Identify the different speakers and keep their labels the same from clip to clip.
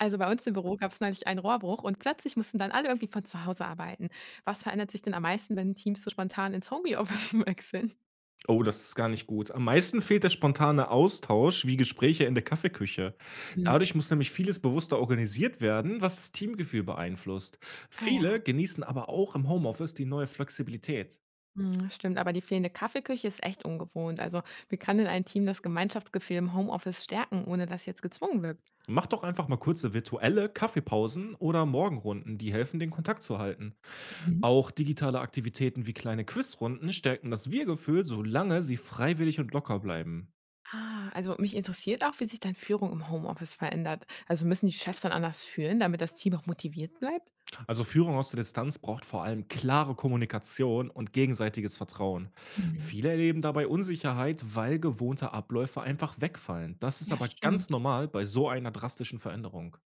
Speaker 1: Also bei uns im Büro gab es neulich einen Rohrbruch und plötzlich mussten dann alle irgendwie von zu Hause arbeiten. Was verändert sich denn am meisten, wenn Teams so spontan ins Homeoffice wechseln?
Speaker 2: Oh, das ist gar nicht gut. Am meisten fehlt der spontane Austausch wie Gespräche in der Kaffeeküche.
Speaker 1: Mhm.
Speaker 2: Dadurch muss nämlich vieles bewusster organisiert werden, was das Teamgefühl beeinflusst.
Speaker 1: Ah
Speaker 2: Viele
Speaker 1: ja,
Speaker 2: genießen aber auch im Homeoffice die neue Flexibilität.
Speaker 1: mhm, stimmt, aber die fehlende Kaffeeküche ist echt ungewohnt. Also wie kann denn ein Team das Gemeinschaftsgefühl im Homeoffice stärken, ohne dass jetzt gezwungen wirkt?
Speaker 2: Mach doch einfach mal kurze virtuelle Kaffeepausen oder Morgenrunden, die helfen, den Kontakt zu halten.
Speaker 1: Mhm.
Speaker 2: Auch digitale Aktivitäten wie kleine Quizrunden stärken das Wir-Gefühl, solange sie freiwillig und locker bleiben.
Speaker 1: Ah, also mich interessiert auch, wie sich dann Führung im Homeoffice verändert. Also müssen die Chefs dann anders führen, damit das Team auch motiviert bleibt?
Speaker 2: Also Führung aus der Distanz braucht vor allem klare Kommunikation und gegenseitiges Vertrauen.
Speaker 1: Mhm.
Speaker 2: Viele erleben dabei Unsicherheit, weil gewohnte Abläufe einfach wegfallen. Das ist
Speaker 1: Ja,
Speaker 2: aber ganz
Speaker 1: stimmt.
Speaker 2: normal bei so einer drastischen Veränderung.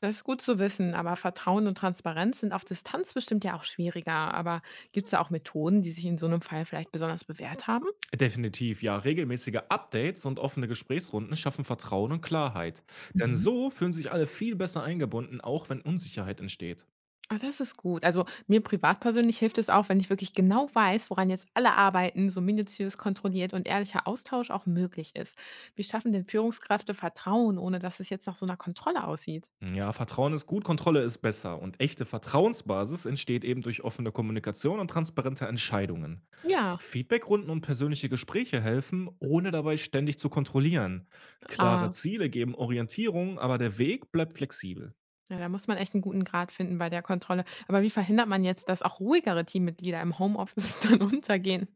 Speaker 1: Das ist gut zu wissen, aber Vertrauen und Transparenz sind auf Distanz bestimmt ja auch schwieriger. Aber gibt es da auch Methoden, die sich in so einem Fall vielleicht besonders bewährt haben?
Speaker 2: Definitiv, ja. Regelmäßige Updates und offene Gesprächsrunden schaffen Vertrauen und Klarheit. Denn
Speaker 1: Mhm.
Speaker 2: so fühlen sich alle viel besser eingebunden, auch wenn Unsicherheit entsteht.
Speaker 1: Ah, das ist gut. Also mir privat persönlich hilft es auch, wenn ich wirklich genau weiß, woran jetzt alle arbeiten, so minutiös kontrolliert und ehrlicher Austausch auch möglich ist. Wie schaffen denn Führungskräfte Vertrauen, ohne dass es jetzt nach so einer Kontrolle aussieht?
Speaker 2: Ja, Vertrauen ist gut, Kontrolle ist besser. Und echte Vertrauensbasis entsteht eben durch offene Kommunikation und transparente Entscheidungen.
Speaker 1: Ja,
Speaker 2: Feedbackrunden und persönliche Gespräche helfen, ohne dabei ständig zu kontrollieren. Klare
Speaker 1: ah,
Speaker 2: Ziele geben Orientierung, aber der Weg bleibt flexibel.
Speaker 1: ja, da muss man echt einen guten Grad finden bei der Kontrolle. Aber wie verhindert man jetzt, dass auch ruhigere Teammitglieder im Homeoffice dann untergehen?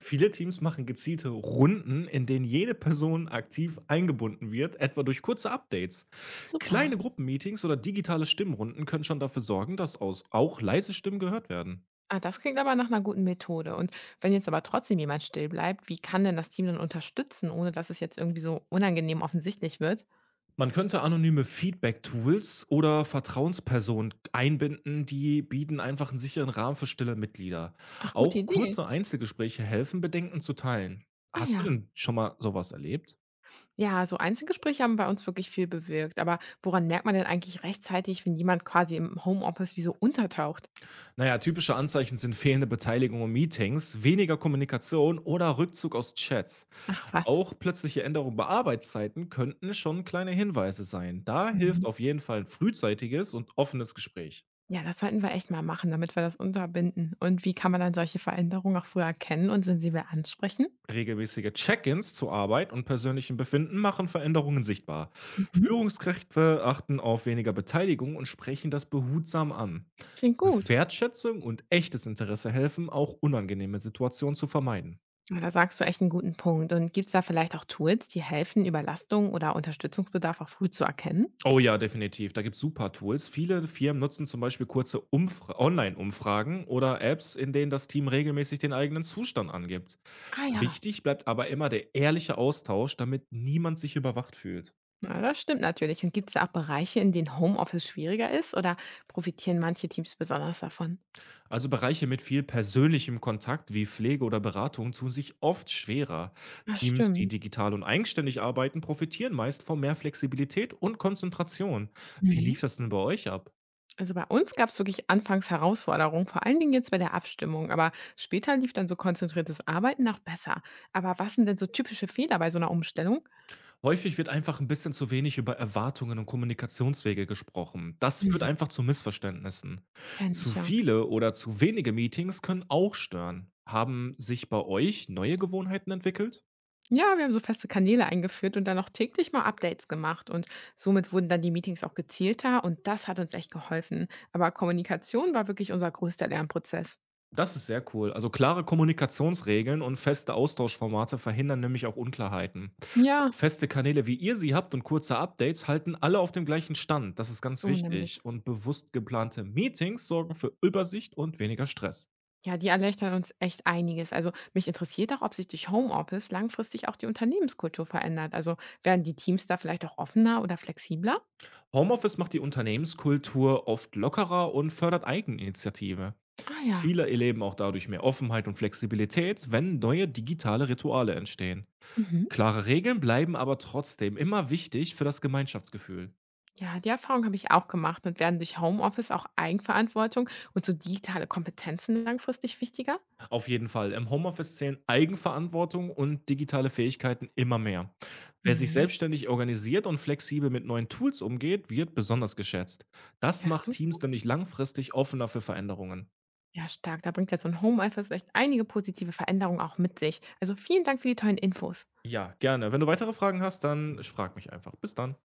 Speaker 2: Viele Teams machen gezielte Runden, in denen jede Person aktiv eingebunden wird, etwa durch kurze Updates.
Speaker 1: Super.
Speaker 2: Kleine Gruppenmeetings oder digitale Stimmrunden können schon dafür sorgen, dass aus auch leise Stimmen gehört werden.
Speaker 1: Ah, das klingt aber nach einer guten Methode. Und wenn jetzt aber trotzdem jemand still bleibt, wie kann denn das Team dann unterstützen, ohne dass es jetzt irgendwie so unangenehm offensichtlich wird?
Speaker 2: Man könnte anonyme Feedback-Tools oder Vertrauenspersonen einbinden, die bieten einfach einen sicheren Rahmen für stille Mitglieder.
Speaker 1: Ach, gute
Speaker 2: Auch
Speaker 1: Idee.
Speaker 2: kurze Einzelgespräche helfen, Bedenken zu teilen.
Speaker 1: Ah
Speaker 2: Hast du
Speaker 1: ja.
Speaker 2: denn schon mal sowas erlebt?
Speaker 1: Ja, so Einzelgespräche haben bei uns wirklich viel bewirkt. Aber woran merkt man denn eigentlich rechtzeitig, wenn jemand quasi im Homeoffice wie so untertaucht?
Speaker 2: Naja, typische Anzeichen sind fehlende Beteiligung in Meetings, weniger Kommunikation oder Rückzug aus Chats.
Speaker 1: Ach was.
Speaker 2: Auch plötzliche Änderungen bei Arbeitszeiten könnten schon kleine Hinweise sein. Da hilft
Speaker 1: Mhm.
Speaker 2: auf jeden Fall ein frühzeitiges und offenes Gespräch.
Speaker 1: Ja, das sollten wir echt mal machen, damit wir das unterbinden. Und wie kann man dann solche Veränderungen auch früher erkennen und sensibel ansprechen?
Speaker 2: Regelmäßige Check-ins zur Arbeit und persönlichen Befinden machen Veränderungen sichtbar.
Speaker 1: Mhm.
Speaker 2: Führungskräfte achten auf weniger Beteiligung und sprechen das behutsam an.
Speaker 1: Klingt gut.
Speaker 2: Wertschätzung und echtes Interesse helfen, auch unangenehme Situationen zu vermeiden.
Speaker 1: Ja, da sagst du echt einen guten Punkt. Und gibt es da vielleicht auch Tools, die helfen, Überlastung oder Unterstützungsbedarf auch früh zu erkennen?
Speaker 2: Oh ja, definitiv. Da gibt es super Tools. Viele Firmen nutzen zum Beispiel kurze Online-Umfragen oder Apps, in denen das Team regelmäßig den eigenen Zustand angibt.
Speaker 1: Ah ja,
Speaker 2: Wichtig bleibt aber immer der ehrliche Austausch, damit niemand sich überwacht fühlt.
Speaker 1: ja, das stimmt natürlich. Und gibt es da auch Bereiche, in denen Homeoffice schwieriger ist oder profitieren manche Teams besonders davon?
Speaker 2: Also Bereiche mit viel persönlichem Kontakt wie Pflege oder Beratung tun sich oft schwerer.
Speaker 1: Das
Speaker 2: Teams, die
Speaker 1: stimmt.
Speaker 2: digital und eigenständig arbeiten, profitieren meist von mehr Flexibilität und Konzentration. Wie
Speaker 1: Mhm.
Speaker 2: lief das denn bei euch ab?
Speaker 1: Also bei uns gab es wirklich anfangs Herausforderungen, vor allen Dingen jetzt bei der Abstimmung. Aber später lief dann so konzentriertes Arbeiten noch besser. Aber was sind denn so typische Fehler bei so einer Umstellung?
Speaker 2: Häufig wird einfach ein bisschen zu wenig über Erwartungen und Kommunikationswege gesprochen. Das führt
Speaker 1: Mhm.
Speaker 2: einfach zu Missverständnissen.
Speaker 1: Kenn
Speaker 2: Zu
Speaker 1: ich ja.
Speaker 2: viele oder zu wenige Meetings können auch stören. Haben sich bei euch neue Gewohnheiten entwickelt?
Speaker 1: Ja, wir haben so feste Kanäle eingeführt und dann auch täglich mal Updates gemacht. Und somit wurden dann die Meetings auch gezielter und das hat uns echt geholfen. Aber Kommunikation war wirklich unser größter Lernprozess.
Speaker 2: Das ist sehr cool. Also, klare Kommunikationsregeln und feste Austauschformate verhindern nämlich auch Unklarheiten.
Speaker 1: Ja,
Speaker 2: Feste Kanäle, wie ihr sie habt und kurze Updates halten alle auf dem gleichen Stand. Das ist ganz
Speaker 1: so nämlich.
Speaker 2: wichtig. Und bewusst geplante Meetings sorgen für Übersicht und weniger Stress.
Speaker 1: Ja, die erleichtern uns echt einiges. Also mich interessiert auch, ob sich durch Homeoffice langfristig auch die Unternehmenskultur verändert. Also werden die Teams da vielleicht auch offener oder flexibler?
Speaker 2: Homeoffice macht die Unternehmenskultur oft lockerer und fördert Eigeninitiative.
Speaker 1: Ah ja.
Speaker 2: Viele erleben auch dadurch mehr Offenheit und Flexibilität, wenn neue digitale Rituale entstehen.
Speaker 1: Mhm.
Speaker 2: Klare Regeln bleiben aber trotzdem immer wichtig für das Gemeinschaftsgefühl.
Speaker 1: Ja, die Erfahrung habe ich auch gemacht und werden durch Homeoffice auch Eigenverantwortung und so digitale Kompetenzen langfristig wichtiger?
Speaker 2: Auf jeden Fall. Im Homeoffice zählen Eigenverantwortung und digitale Fähigkeiten immer mehr. Wer sich
Speaker 1: Mhm.
Speaker 2: selbstständig organisiert und flexibel mit neuen Tools umgeht, wird besonders geschätzt. Das
Speaker 1: Ja,
Speaker 2: macht
Speaker 1: super,
Speaker 2: Teams nämlich langfristig offener für Veränderungen.
Speaker 1: ja stark. Da bringt ja so ein Homeoffice echt einige positive Veränderungen auch mit sich. Also, vielen Dank für die tollen Infos.
Speaker 2: Ja, gerne. Wenn du weitere Fragen hast, dann frag mich einfach. Bis dann.